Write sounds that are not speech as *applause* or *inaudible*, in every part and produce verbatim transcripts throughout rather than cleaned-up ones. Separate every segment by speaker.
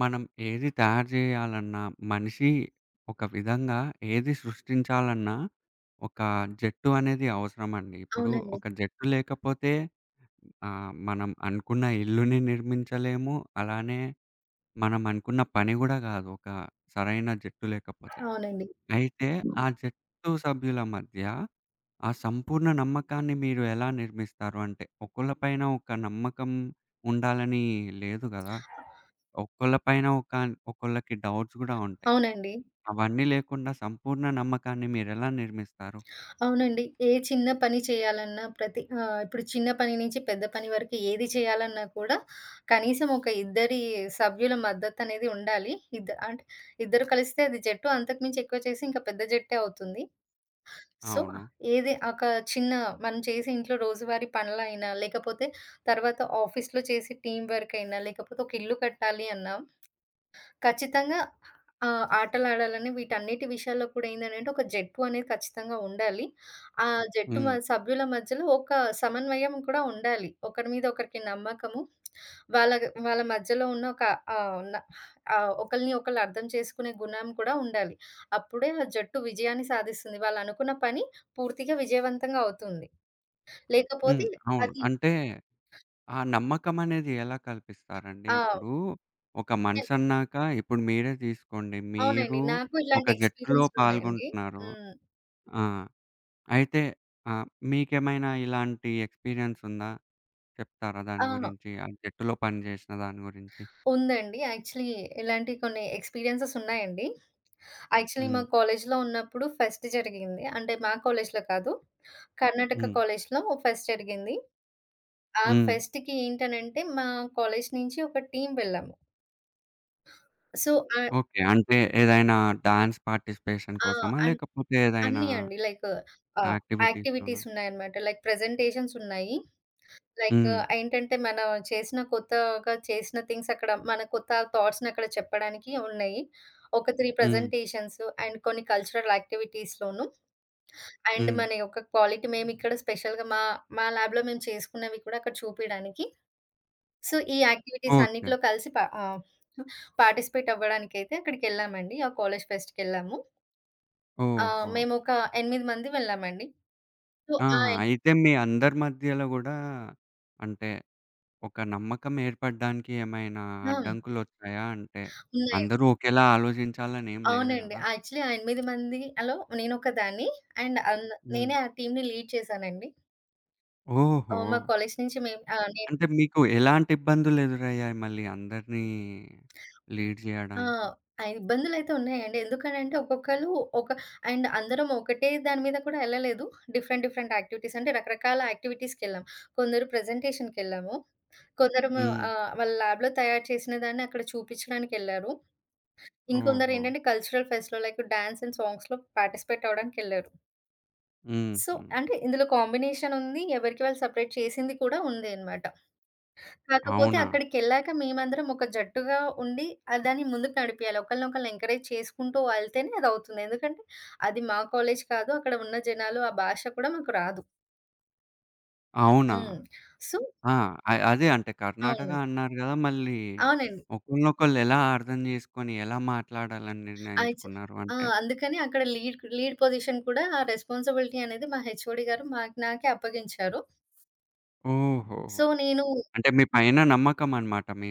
Speaker 1: మనం ఏది తయారు జేయాలన్నా, మనిషి ఒక విధంగా ఏది సృష్టించాలన్నా, ఒక జట్టు అనేది అవసరమండి. ఇప్పుడు
Speaker 2: అవునండి.
Speaker 1: ఒక జట్టు లేకపోతే ఆహ్, మనం అనుకున్న ఇల్లుని నిర్మించలేము. అలానే మనం అనుకున్న పని గూడా గాదు. ఒక సరైన జట్టు లేకపోతే.
Speaker 2: అవునండి.
Speaker 1: అయితే ఆ జట్టు సభ్యుల మధ్య ఆ సంపూర్ణ నమ్మకాన్ని మీరు ఎలా నిర్మిస్తారు? అంటే ఒకళ్ళ పైన ఒక నమ్మకం ఉండాలని లేదు గదా! ఒక్కొల్ల పైన ఒక ఒక్కొల్లకి డౌట్స్ గూడా ఉంటాయి.
Speaker 2: అవునండి.
Speaker 1: అవన్నీ లేకుండా సంపూర్ణ నమ్మకాన్ని మీరెలా నిర్మిస్తారు?
Speaker 2: అవునండి. ఏ చిన్న పని చేయాలన్నా ప్రతి ఆహ్, ఇప్పుడు చిన్న పని నుంచి పెద్ద పని వరకు ఏది చేయాలన్నా కూడా కనీసం ఒక ఇద్దరి సభ్యుల మద్దతనేది ఉండాలి. ఇద్ద అంటే ఇద్దరు కలిస్తే అది జట్టు అంతకు మించి ఎక్కువ చేసి ఇంకా పెద్ద జట్టే అవుతుంది. సో,
Speaker 1: అవును.
Speaker 2: ఏది ఒక చిన్న మనం చేసే ఇంట్లో రోజువారీ పనులైనా, లేకపోతే తర్వాత ఆఫీస్‌లో చేసే టీమ్ వర్క్ అయినా, లేకపోతే ఒక ఇల్లు కట్టాలి అన్నా ఖచ్చితంగా ఆహ్, ఆటలాడాలని వీటన్నిటి విషయాల్లో కూడా ఏందనంటే ఒక జట్టు అనేది ఖచ్చితంగా ఉండాలి. ఆ జట్టు మ
Speaker 1: హ్మ్.
Speaker 2: సభ్యుల మధ్యలో ఒక సమన్వయం కూడా ఉండాలి. ఒకరి మీద ఒకరికి నమ్మకము, వాళ్ళ వాళ్ళ మధ్యలో ఉన్న ఒక ఆహ్, న ఆహ్, ఒకళ్ళని ఒకళ్ళు అర్థం చేసుకునే గుణం కూడా ఉండాలి. అప్పుడే ఆ జట్టు విజయాన్ని సాధిస్తుంది. వాళ్ళు అనుకున్న పని పూర్తిగా విజయవంతంగా అవుతుంది.
Speaker 1: హ్మ్.
Speaker 2: లేకపోతే
Speaker 1: అవును.
Speaker 2: అది
Speaker 1: అంటే ఆ నమ్మకం అనేది ఎలా కల్పిస్తారండి?
Speaker 2: ఆ!
Speaker 1: ఇప్పుడు ఒక మనిషన్నాక ఇప్పుడు మీరే తీసుకోండి.
Speaker 2: అవునండి.
Speaker 1: మీరు
Speaker 2: నాకు
Speaker 1: ఒక
Speaker 2: ఇలాంటి
Speaker 1: జట్టులో
Speaker 2: ఎక్స్‌పీరియన్స్‌లున్నాయండి.
Speaker 1: పాల్గొంటున్నారు.
Speaker 2: హ్మ్.
Speaker 1: ఆ! అయితే ఆహ్, మీకేమైనా ఇలాంటి ఎక్స్‌పీరియన్స్ ఉందా? చెప్తారా దాని
Speaker 2: ఆ!
Speaker 1: గురించి? ఆ జట్టులో పని జేసిన దాని గురించి?
Speaker 2: ఉందండి. యాక్చువల్లీ ఇలాంటి కొన్ని ఎక్స్‌పీరియన్సెస్ ఉన్నాయండి. యాక్చువల్లీ మా
Speaker 1: హ్మ్.
Speaker 2: కాలేజీలో ఉన్నప్పుడు ఫెస్ట్ జరిగింది. అంటే మా కాలేజీలో కాదు. కర్ణాటక
Speaker 1: హ్మ్.
Speaker 2: కాలేజీలో ఫెస్ట్ జరిగింది. ఆ
Speaker 1: హ్మ్.
Speaker 2: ఫెస్ట్‌కి ఏంటనంటే మా కాలేజీ నుంచి ఒక టీమ్ వెళ్ళాము. సో, ఆహ్,
Speaker 1: ఓకే. అంటే ఏదైనా డాన్స్ పార్టిసిపేషన్
Speaker 2: ఆ!
Speaker 1: కోసమా?
Speaker 2: అన్
Speaker 1: లేకపోతే ఏదైనా
Speaker 2: అన్నీ అండి. లైక్ ఆహ్,
Speaker 1: యాక్టివిటీస్‌లోనా?
Speaker 2: యాక్టివిటీస్ ఉన్నాయన్నమాట. లైక్ ప్రెజెంటేషన్స్ ఉన్నాయి. లైక్
Speaker 1: హ్మ్.
Speaker 2: ఏంటంటే, మనం చేసిన కొత్తగా చేసిన థింగ్స్ అక్కడ మన కొత్త థాట్స్‌నక్కడ చెప్పడానికి ఉన్నాయి. ఒక మూడు
Speaker 1: హ్మ్.
Speaker 2: ప్రజెంటేషన్స్ అండ్ కొన్ని కల్చరల్ యాక్టివిటీస్‌లోను అండ్
Speaker 1: హ్మ్.
Speaker 2: మన యొక్క క్వాలిటీ మేమిక్కడ స్పెషల్‌గా మా మా ల్యాబ్‌లో మేము చేసుకున్నవి కూడా అక్కడ చూపియడానికి. సో, ఈ యాక్టివిటీస్
Speaker 1: ఓకే.
Speaker 2: అన్నిట్లో కలిసి పా ఆహ్, పార్టిసిపేట్ అవ్వడానికైతే అక్కడికెళ్ళామండి. ఆ కాలేజ్ ఫెస్ట్‌కెళ్ళాము. ఆహ్,
Speaker 1: ఓహో!
Speaker 2: మేమొక ఎనిమిది మంది వెళ్ళామండి. సో, ఆ
Speaker 1: ఆహా! అయితే మీ అందరి మధ్యలో గూడా అంటే ఒక నమ్మకం ఏర్పడడానికి ఏమైనా
Speaker 2: ఎగ్జామ్
Speaker 1: అడ్డంకులొచ్చాయా? అంటే
Speaker 2: ఉన్నాయి.
Speaker 1: అందరూ ఒకేలా ఆలోచించాలని ఏం లేదు
Speaker 2: అవునండి.
Speaker 1: గదా!
Speaker 2: యాక్చువల్లీ ఆ ఎనిమిది మందిలో నేనొకదాన్ని. అండ్ అన్
Speaker 1: హ్మ్.
Speaker 2: నేనే ఆ టీమ్‌ని లీడ్ చేశానండి.
Speaker 1: ఓహో!
Speaker 2: ఆహ్, మా కాలేజ్ నుంచి మేము ఆహ్, నేను
Speaker 1: అంటే మీకు ఎలాంటి ఇబ్బందులు ఎదురయ్యాయి మళ్ళీ అందరినీ లీడ్
Speaker 2: ఆ!
Speaker 1: జేయడానికి?
Speaker 2: ఆ ఇబ్బందులైతే ఉన్నాయండి. ఎందుకనంటే ఒక్కొక్కళ్ళు ఒక అండ్ అందరం ఒకటే దాని మీద కూడా ఎళ్ళలేదు. డిఫరెంట్ డిఫరెంట్ యాక్టివిటీస్ అంటే రకరకాల యాక్టివిటీస్‌కెళ్ళాం. కొందరు ప్రజెంటేషన్‌కెళ్ళాము. కొందరేమో
Speaker 1: హ్మ్.
Speaker 2: ఆహ్, వాళ్ళ ల్యాబ్‌లో తయారు చేసిన దాన్ని అక్కడ చూపించడానికెళ్లారు.
Speaker 1: ఓహో!
Speaker 2: ఇంకొందరేంటంటే కల్చరల్ ఫెస్ట్‌లో లైక్ డాన్స్ అండ్ సాంగ్స్‌లో పార్టిసిపేట్ అవ్వడానికెళ్లారు. సో,
Speaker 1: హుహు.
Speaker 2: అంటే ఇందులో కాంబినేషన్ ఉంది. ఎవరికి వాళ్ళు సెపరేట్ చేసింది కూడా ఉంది అన్నమాట. కాకపోతే
Speaker 1: అవునా?
Speaker 2: అక్కడికెళ్ళాక మేమందరం ఒక జట్టుగా ఉండి ఆహ్, దాన్ని ముందుకు నడిపియాలి. ఒకళ్ళనొకళ్ళని ఎంకరేజ్ చేసుకుంటూ వెళ్తేనే అదవుతుంది. ఎందుకంటే అది మా కాలేజ్ కాదు. అక్కడ ఉన్న జనాలు, ఆ భాష కూడా మాకు రాదు.
Speaker 1: అవునా?
Speaker 2: హ్మ్. సో
Speaker 1: ఆ! అ అదే అంటే కర్ణాటక
Speaker 2: అవును.
Speaker 1: అన్నారు గదా! మళ్ళీ
Speaker 2: అవునండి.
Speaker 1: ఒకళ్ళనొకళ్ళు ఎలా అర్థం జేసుకొని, ఎలా మాట్లాడాలని
Speaker 2: ఆచ్
Speaker 1: నిర్ణయించుకున్నారు
Speaker 2: ఆ!
Speaker 1: అంటే?
Speaker 2: అందుకని అక్కడ లీడ్ లీడ్ పొజిషన్ కూడా ఆ రెస్పాన్సిబిలిటీ అనేది మా హెచ్ఓడి గారు మాకు నాకే అప్పగించారు.
Speaker 1: ఓహో!
Speaker 2: సో, నేను
Speaker 1: అంటే మీ పైన నమ్మకం అన్నమాట మీ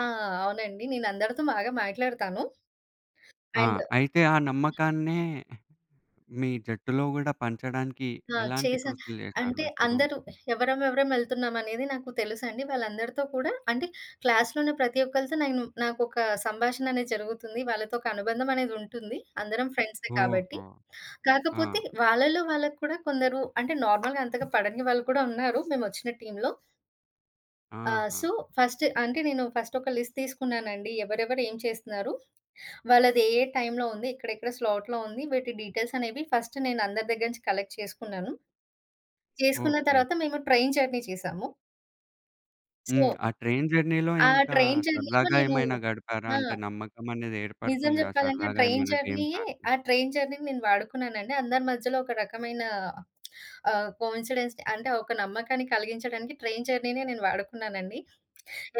Speaker 2: ఆ! అవునండి. నేను అందరితో బాగా మాట్లాడతాను.
Speaker 1: ఆ!
Speaker 2: అండ్
Speaker 1: అయితే ఆ నమ్మకాన్నే మీ జట్టులో గూడా పంచడానికి
Speaker 2: ఆ!
Speaker 1: ఎలాంటి
Speaker 2: చేశాను.
Speaker 1: కృషులు జేశారు
Speaker 2: అంటే
Speaker 1: ఇప్పుడు?
Speaker 2: అందరూ ఎవరం ఎవరం ఎళ్తున్నామనేది నాకు తెలుసండి. వాళ్ళందరితో కూడా అంటే క్లాస్‌లోనే ప్రతి ఒక్కళ్ళతో నేను నాకొక సంభాషణ అనేది జరుగుతుంది. వాళ్ళతో ఒక అనుబంధం అనేది ఉంటుంది. అందరం ఫ్రెండ్సే కాబట్టి.
Speaker 1: ఓహో! ఆ!
Speaker 2: కాకపోతే వాళ్ళలో వాళ్ళకి కూడా కొందరు అంటే నార్మల్‌గా అంతగా పడని వాళ్ళు కూడా ఉన్నారు మేమొచ్చిన టీమ్‌లో. ఆహ్,
Speaker 1: ఆహా!
Speaker 2: సో, ఫస్ట్ అంటే నేను ఫస్ట్ ఒక లిస్ట్ తీసుకున్నానండి. ఎవరెవరు ఏం చేస్తున్నారు? వాళ్ళది ఏ ఏ టైమ్‌లో ఉంది? ఎక్కడెక్కడ స్లాట్‌లో ఉంది? వీటి డీటెయిల్స్ అనేవి ఫస్ట్ నేను అందరి దగ్గర నుంచి కలెక్ట్ చేసుకున్నాను. చేసుకున్న
Speaker 1: ఓకే.
Speaker 2: తర్వాత మేము ట్రైన్ జర్నీ చేశాము.
Speaker 1: హ్మ్.
Speaker 2: సో,
Speaker 1: ఆ ట్రైన్ జర్నీలో
Speaker 2: ఆ
Speaker 1: ఇంకా
Speaker 2: ట్రైన్ జర్నీలో
Speaker 1: సరదాగా
Speaker 2: నేను
Speaker 1: ఏమైనా గడిపారా?
Speaker 2: ఆ!
Speaker 1: అంటే నమ్మకం అనేది
Speaker 2: నిజం
Speaker 1: ఏర్పడుతుంది గదా!
Speaker 2: జెప్పాలంటే ఆ
Speaker 1: సరదాగా
Speaker 2: ట్రైన్
Speaker 1: ఏమైనా గేమ్స్
Speaker 2: జర్నీయే
Speaker 1: ఆడితే.
Speaker 2: ఆ ట్రైన్ జర్నీని నేను వాడుకున్నానండి. అందరి మధ్యలో ఒక రకమైన ఆహ్, కోయిన్సిడెన్స్‌ని అంటే ఒక నమ్మకాన్ని కలిగించడానికి ట్రైన్ జర్నీనే నేను వాడుకున్నానండి.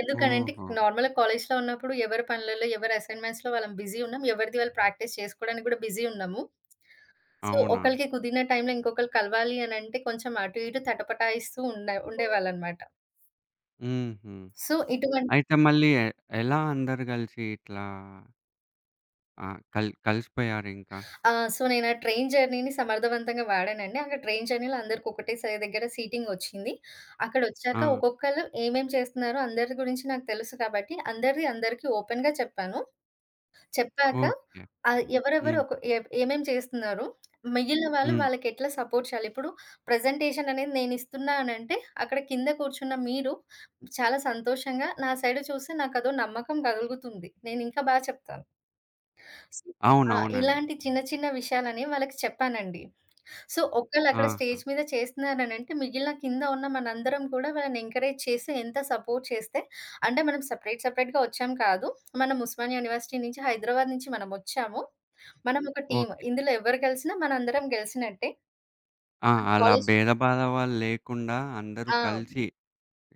Speaker 2: ఎందుకనంటే
Speaker 1: ఓహో!
Speaker 2: నార్మల్‌గా కాలేజ్‌లో ఉన్నప్పుడు ఎవరి పనులలో, ఎవరి అసైన్‌మెంట్స్‌లో వాళ్ళం బిజీ ఉన్నాం. ఎవరిది వాళ్ళు ప్రాక్టీస్ చేసుకోవడానికి గూడా బిజీ ఉన్నాము. సో,
Speaker 1: అవునా?
Speaker 2: ఒకళ్ళకి కుదిరిన టైంలో ఇంకొకళ్ళు కలవాలి అనంటే కొంచెం అటు, ఇటు తటపటాయిస్తూ ఉండే ఉండేవాళ్ళనమాట.
Speaker 1: హుహు.
Speaker 2: సో, ఇటువంటి
Speaker 1: అయితే మళ్ళీ ఎ ఎలా అందరూ గలిసి ఇట్లా ఆహ్, కల్ కలిసిపోయారింకా?
Speaker 2: ఆ! సో, నేనా ట్రైన్ జర్నీని సమర్థవంతంగా వాడానండి. అక్కడ ట్రైన్ జర్నీలో అందరికి ఒకటే స దగ్గర సీటింగొచ్చింది. అక్కడొచ్చాక
Speaker 1: ఆ!
Speaker 2: ఒక్కొక్కళ్ళు ఏమేం చేస్తున్నారో అందరి గురించి నాకు తెలుసు కాబట్టి, అందరిది అందరికీ ఓపెన్‌గా చెప్పాను. చెప్పాక
Speaker 1: ఓకే.
Speaker 2: ఆహ్, ఎవరెవరు
Speaker 1: హ్మ్.
Speaker 2: ఒక ఎ ఏమేం చేస్తున్నారు, మిగిలిన వాళ్ళు
Speaker 1: హ్మ్.
Speaker 2: వాళ్ళకెట్లా సపోర్ట్ చేయాలి. ఇప్పుడు ప్రజెంటేషన్ అనేది నేనిస్తున్నానంటే, అక్కడ కింద కూర్చున్న మీరు చాలా సంతోషంగా నా సైడ్ చూసి నాకదో నమ్మకం కలుగుతుంది. నేనింకా బా చెప్తాను. ఆ!
Speaker 1: అవునవునండి.
Speaker 2: ఇలాంటి చిన్న చిన్న విషయాలని వాళ్ళకి చెప్పానండి. సో, ఒకళ్ళక్కడ
Speaker 1: ఆహా!
Speaker 2: స్టేజ్ మీద చేస్తున్నారనంటే మిగిలిన కింద ఉన్న మనందరం కూడా వాళ్ళని ఎంకరేజ్ చేసి ఎంత సపోర్ట్ చేస్తే అంటే మనం సెపరేట్ సెపరేట్‌గా వచ్చాం కాదు. మనం ఉస్మానియా యూనివర్సిటీ నుంచి, హైదరాబాద్ నుంచి మనమొచ్చాము. మనం ఒక టీమ్.
Speaker 1: ఓకే.
Speaker 2: ఇందులో ఎవరు గెలిసినా మనందరం గెలిసినట్టే.
Speaker 1: ఆ! అలా
Speaker 2: కాలేజ్
Speaker 1: భేదభావాలు లేకుండా అందరూ
Speaker 2: ఆ!
Speaker 1: కలిసి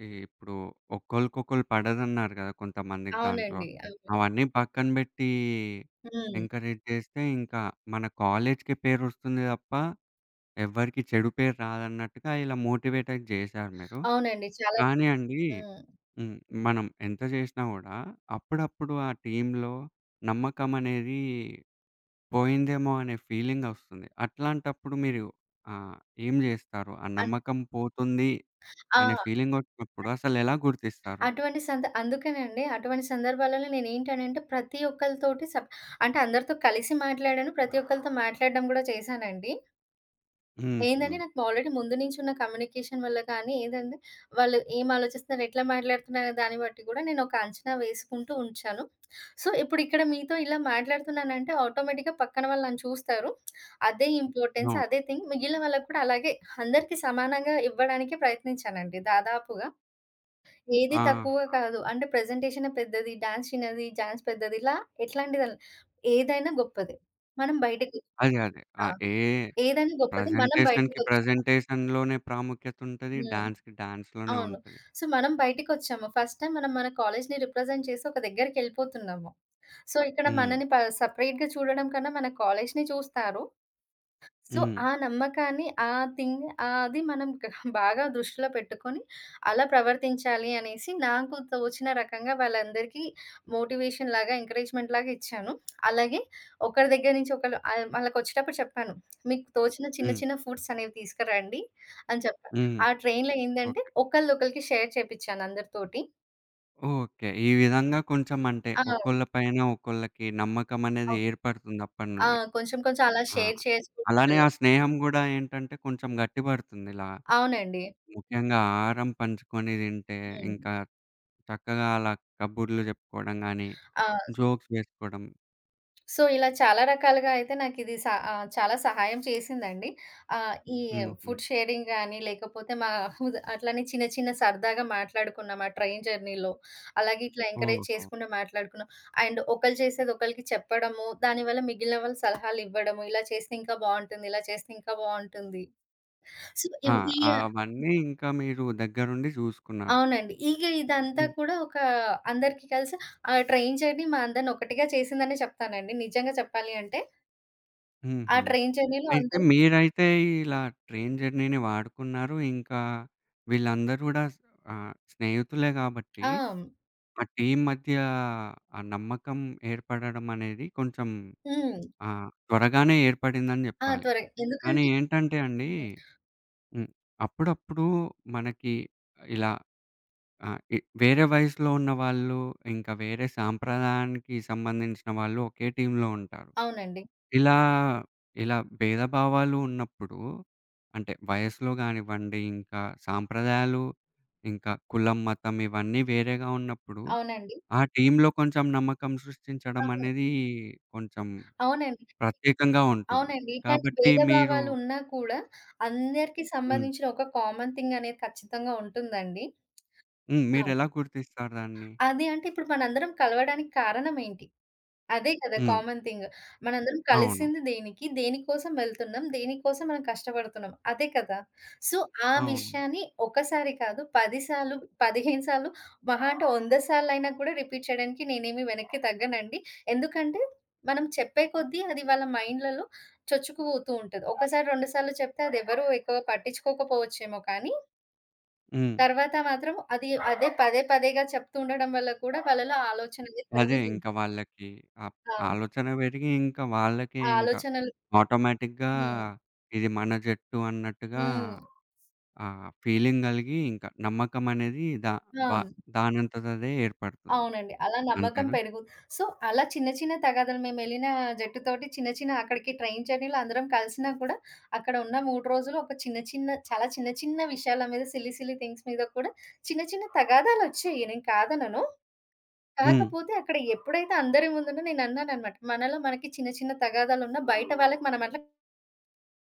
Speaker 1: ఈ ఇప్పుడు ఒకళ్ళకొకళ్ళు పడదన్నారు గదా! కొంతమందికి దాంట్లో.
Speaker 2: అవునండి. అవును.
Speaker 1: అవన్నీ పక్కన బెట్టి
Speaker 2: హ్మ్.
Speaker 1: ఎంకరేజ్ జేస్తే ఇంకా మన కాలేజీకి పేరొస్తుంది తప్ప ఎవ్వరికీ చెడు పేరు రాదన్నట్టుగా ఇలా మోటివేట్ అయితే జేశారు మీరు.
Speaker 2: అవునండి. చాలా
Speaker 1: కానీ అండి
Speaker 2: హ్మ్.
Speaker 1: హ్మ్. మనం ఎంత జేసినా గూడా అప్పుడప్పుడు ఆ టీమ్‌లో నమ్మకం అనేది పోయిందేమో అనే ఫీలింగొస్తుంది. అట్లాంటప్పుడు మీరు ఆహ్, ఏం జేస్తారు? ఆ
Speaker 2: అన్
Speaker 1: నమ్మకం పోతుంది అనే
Speaker 2: ఆ!
Speaker 1: ఫీలింగొచ్చినప్పుడు అసలెలా గుర్తిస్తారు?
Speaker 2: అటువంటి సంద అందుకేనండి. అటువంటి సందర్భాలలో నేనేంటనంటే ప్రతి ఒక్కళ్ళతోటి సప్ అంటే అందరితో కలిసి మాట్లాడాను. ప్రతి ఒక్కళ్ళతో మాట్లాడడం గూడా చేశానండి.
Speaker 1: హుహు.
Speaker 2: ఏందంటే నాకు ఆల్రెడీ ముందు నుంచి ఉన్న కమ్యూనికేషన్ వల్ల కానీ ఏదంటే వాళ్ళు ఏం ఆలోచిస్తున్నారు, ఎట్లా మాట్లాడుతున్నారు అనే దాన్ని బట్టి గూడా నేను ఒక అంచనా వేసుకుంటూ ఉంచాను. సో, ఇప్పుడు ఇక్కడ మీతో ఇలా మాట్లాడుతున్నానంటే ఆటోమేటిక్‌గా పక్కన వాళ్ళు నన్ను చూస్తారు. అదే ఇంపార్టెన్స్
Speaker 1: అవును.
Speaker 2: అదే థింగ్ మిగిలిన వాళ్ళకి కూడా అలాగే అందరికీ సమానంగా ఇవ్వడానికే ప్రయత్నించానండి దాదాపుగా. ఏది
Speaker 1: ఆ!
Speaker 2: తక్కువ కాదు. అంటే ప్రెజెంటేషనే పెద్దది, డాన్స్ చిన్నది, డాన్స్ పెద్దది ఇలా ఎట్లాంటిదన్ ఏదైనా గొప్పదే. మనం బయటకి
Speaker 1: అదే. అదే. ఆ!
Speaker 2: ఆ!
Speaker 1: ఏ
Speaker 2: ఏదైనా గొప్పది. మనం
Speaker 1: ప్రజెంటేషన్‌కి
Speaker 2: బయటికొచ్చాము.
Speaker 1: ప్రజెంటేషన్‌లోనే ప్రాముఖ్యతుంటది.
Speaker 2: హ్మ్.
Speaker 1: డాన్స్‌కి డాన్స్‌లోనే
Speaker 2: అవును.
Speaker 1: ఉంటది.
Speaker 2: సో, మనం బయటికొచ్చాము. ఫస్ట్ టైమ్ మనం మన కాలేజిని రిప్రజెంట్ చేసి ఒక దగ్గరికెళ్ళిపోతున్నాము. సో, ఇక్కడ
Speaker 1: హ్మ్.
Speaker 2: మనని ప సెపరేట్‌గా చూడడం కన్నా మన కాలేజిని చూస్తారు. సో,
Speaker 1: హ్మ్.
Speaker 2: ఆ నమ్మకాన్ని, ఆ థింగ్ అది మనం క- బాగా దృష్టిలో పెట్టుకొని, అలా ప్రవర్తించాలి అనేసి నాకు తోచిన రకంగా వాళ్ళందరికీ మోటివేషన్‌లాగా, ఎంకరేజ్‌మెంట్‌లాగా ఇచ్చాను. అలాగే ఒకరి దగ్గర నుంచి ఒకళ్ళు ఆహ్, వాళ్ళకొచ్చేటప్పుడు చెప్పాను. మీకు తోచిన చిన్న
Speaker 1: హ్మ్.
Speaker 2: చిన్న ఫుడ్స్ అనేవి తీసుకురండి అని చెప్పా.
Speaker 1: హ్మ్.
Speaker 2: ఆ ట్రైన్‌లో ఏందంటే
Speaker 1: ఓకే.
Speaker 2: ఒకళ్ళు ఒకళ్ళకి షేర్ చేపిచ్చాను అందరితోటి.
Speaker 1: ఓకే. ఈ విధంగా కొంచెం అంటే
Speaker 2: ఆ!
Speaker 1: ఒకళ్ళ పైన ఒకళ్ళకి నమ్మకం అనేది
Speaker 2: ఓహ్!
Speaker 1: ఏర్పడుతుంది
Speaker 2: ఆ!
Speaker 1: అప్పటినుండి.
Speaker 2: కొంచెం కొంచెం అలా
Speaker 1: ఆ!
Speaker 2: షేర్ చేసుకోవడం
Speaker 1: అలానే
Speaker 2: వల్ల
Speaker 1: ఆ స్నేహం గూడా ఏంటంటే కొంచెం గట్టిపడుతుంది ఇలా.
Speaker 2: అవునండి.
Speaker 1: ముఖ్యంగా ఆహారం పంచుకొని తింటే
Speaker 2: హ్మ్.
Speaker 1: ఇంకా చక్కగా అలా కబుర్లు చెప్పుకోవడం గానీ,
Speaker 2: ఆ!
Speaker 1: జోక్స్ వేసుకోవడం.
Speaker 2: సో, ఇలా చాలా రకాలుగా అయితే నాకిది సా ఆహ్, చాలా సహాయం చేసిందండి. ఆహ్, ఈ
Speaker 1: హుహు.
Speaker 2: ఫుడ్ షేరింగ్ గాని, లేకపోతే మా *laughs* హుద్ అట్లనే చిన్న చిన్న సరదాగా మాట్లాడుకున్నాం ఆ ట్రైన్ జర్నీలో. అలాగే ఇట్లా ఎంకరేజ్
Speaker 1: ఓహో!
Speaker 2: చేసుకుంటూ మాట్లాడుకున్నాం. అండ్ ఒకళ్ళు చేసేది ఒకళ్ళకి చెప్పడము, దానివల్ల మిగిలిన వాళ్ళు సలహాలివ్వడము, ఇలా చేస్తే ఇంకా బావుంటుంది, ఇలా చేస్తే ఇంకా బావుంటుంది. సో,
Speaker 1: ఆ!
Speaker 2: ఇవ్ ఈ
Speaker 1: అవన్నీ ఇంకా మీరు దగ్గరుండి చూసుకున్నారు.
Speaker 2: అవునండి. ఇగ ఇదంతా
Speaker 1: హ్మ్.
Speaker 2: కూడా ఒక అందరికీ కలిసి ఆ ట్రైన్ జర్నీ మా అందరిని ఒకటిగా చేసిందనే చెప్తానండి. నిజంగా చెప్పాలి అంటే. ఆ
Speaker 1: హుహు.
Speaker 2: ట్రైన్ జర్నీలో
Speaker 1: అయితే
Speaker 2: అందరూ
Speaker 1: మీరైతే ఇలా ట్రైన్ జర్నీని వాడుకున్నారు. ఇంకా వీళ్ళందరూ గూడా స్ ఆహ్, స్నేహితులే గాబట్టి,
Speaker 2: ఆ!
Speaker 1: ఆ టీమ్ మధ్య ఆ నమ్మకం ఏర్పడడం అనేది కొంచెం
Speaker 2: హ్మ్.
Speaker 1: ఆహ్, త్వరగానే ఏర్పడిందని
Speaker 2: ఆ!
Speaker 1: జెప్పాలి.
Speaker 2: త్వరగా
Speaker 1: కానీ
Speaker 2: ఎందుకంటే
Speaker 1: ఏంటంటే అండి
Speaker 2: హ్మ్.
Speaker 1: హ్మ్. అప్పుడప్పుడు మనకి ఇలా ఆహ్, ఇ వేరే వయసులో ఉన్న వాళ్ళు, ఇంకా వేరే సాంప్రదాయానికి సంబంధించిన వాళ్ళు ఒకే టీమ్‌లో ఉంటారు.
Speaker 2: అవునండి.
Speaker 1: ఇలా, ఇలా భేదభావాలు ఉన్నప్పుడు అంటే వయసులో గానివ్వండి, ఇంకా సాంప్రదాయాలు, ఇంకా కులం, మతం ఇవన్నీ వేరేగా ఉన్నప్పుడు
Speaker 2: అవునండి.
Speaker 1: ఆ టీమ్‌లో కొంచెం నమ్మకం సృష్టించడం
Speaker 2: అవును.
Speaker 1: అనేది కొంచెం
Speaker 2: అవునండి.
Speaker 1: ప్రత్యేకంగా ఉంటుంది.
Speaker 2: అవునండి. ఇట్లాంటి
Speaker 1: కాబట్టి మీరు
Speaker 2: భేదభావాలు ఉన్నా కూడా అందరికి
Speaker 1: హ్మ్.
Speaker 2: సంబంధించిన ఒక కామన్ థింగ్ అనేది ఖచ్చితంగా ఉంటుందండి.
Speaker 1: హ్మ్.
Speaker 2: ఆ!
Speaker 1: మీరెలా గుర్తిస్తారు దాన్ని?
Speaker 2: అది అంటే ఇప్పుడు మనందరం కలవడానికి కారణం ఏంటి? అదే కదా!
Speaker 1: హ్మ్.
Speaker 2: Common thing. మనందరం
Speaker 1: అవును.
Speaker 2: కలిసింది దేనికి? దేనికోసం వెళ్తున్నాం? దేనికోసం మనం కష్టపడుతున్నాం? అదే కదా! సో, ఆ
Speaker 1: అవును.
Speaker 2: విషయాన్ని ఒకసారి కాదు పది సార్లు, పదిహేను సార్లు మహా అంటే వంద సార్లయినా కూడా రిపీట్ చేయడానికి నేనేమి వెనక్కి తగ్గనండి. ఎందుకంటే, మనం చెప్పే కొద్దీ అది వాళ్ళ మైండ్‌లలో చొచ్చుకుపోతూ ఉంటది. ఒకసారి, రెండు సార్లు చెప్తే అదెవరు ఎక్కువ పట్టించుకోకపోవచ్చేమో కానీ,
Speaker 1: హ్మ్.
Speaker 2: తర్వాత మాత్రం అది అదే పదే పదేగా చెప్తూ ఉండడం వల్ల కూడా వాళ్ళలో ఆలోచన అనేది
Speaker 1: అదే ఇంక
Speaker 2: పెరుగుతుంది.
Speaker 1: వాళ్ళకి ఆహ్,
Speaker 2: ఆ!
Speaker 1: ఆలోచన పెరిగి ఇంకా వాళ్ళకే
Speaker 2: ఆ
Speaker 1: ఇంకా
Speaker 2: ఆలోచనలు
Speaker 1: ఆటోమేటిక్‌గా
Speaker 2: హ్మ్.
Speaker 1: ఇది మన జట్టు అన్నట్టుగా
Speaker 2: హ్మ్.
Speaker 1: ఆ ఫీలింగ్ కలిగి ఇంకా నమ్మకం అనేది దా
Speaker 2: ఆ!
Speaker 1: వ దానంతట అదే ఏర్పడుతుంది.
Speaker 2: అవునండి. అలా నమ్మకం
Speaker 1: అంతేనా?
Speaker 2: పెరుగు సో, అలా చిన్న చిన్న తగాదాలు మేమెళ్ళిన జట్టుతోటి చిన్న చిన్న అక్కడికి ట్రైన్ జర్నీలో అందరం కలిసినా కూడా, అక్కడ ఉన్న మూడు రోజులు ఒక చిన్న చిన్న చాలా చిన్న చిన్న విషయాల మీద సిల్లీ సిల్లీ థింగ్స్ మీద కూడా చిన్న చిన్న తగాదాలొచ్చాయి. నేను కాదనను.
Speaker 1: హ్మ్.
Speaker 2: కాకపోతే అక్కడ ఎప్పుడైతే అందరి ముందున నేనన్నాననమాట. మనలో మనకి చిన్న చిన్న తగాదాలున్నా బయట వాళ్ళకి మనమట్లా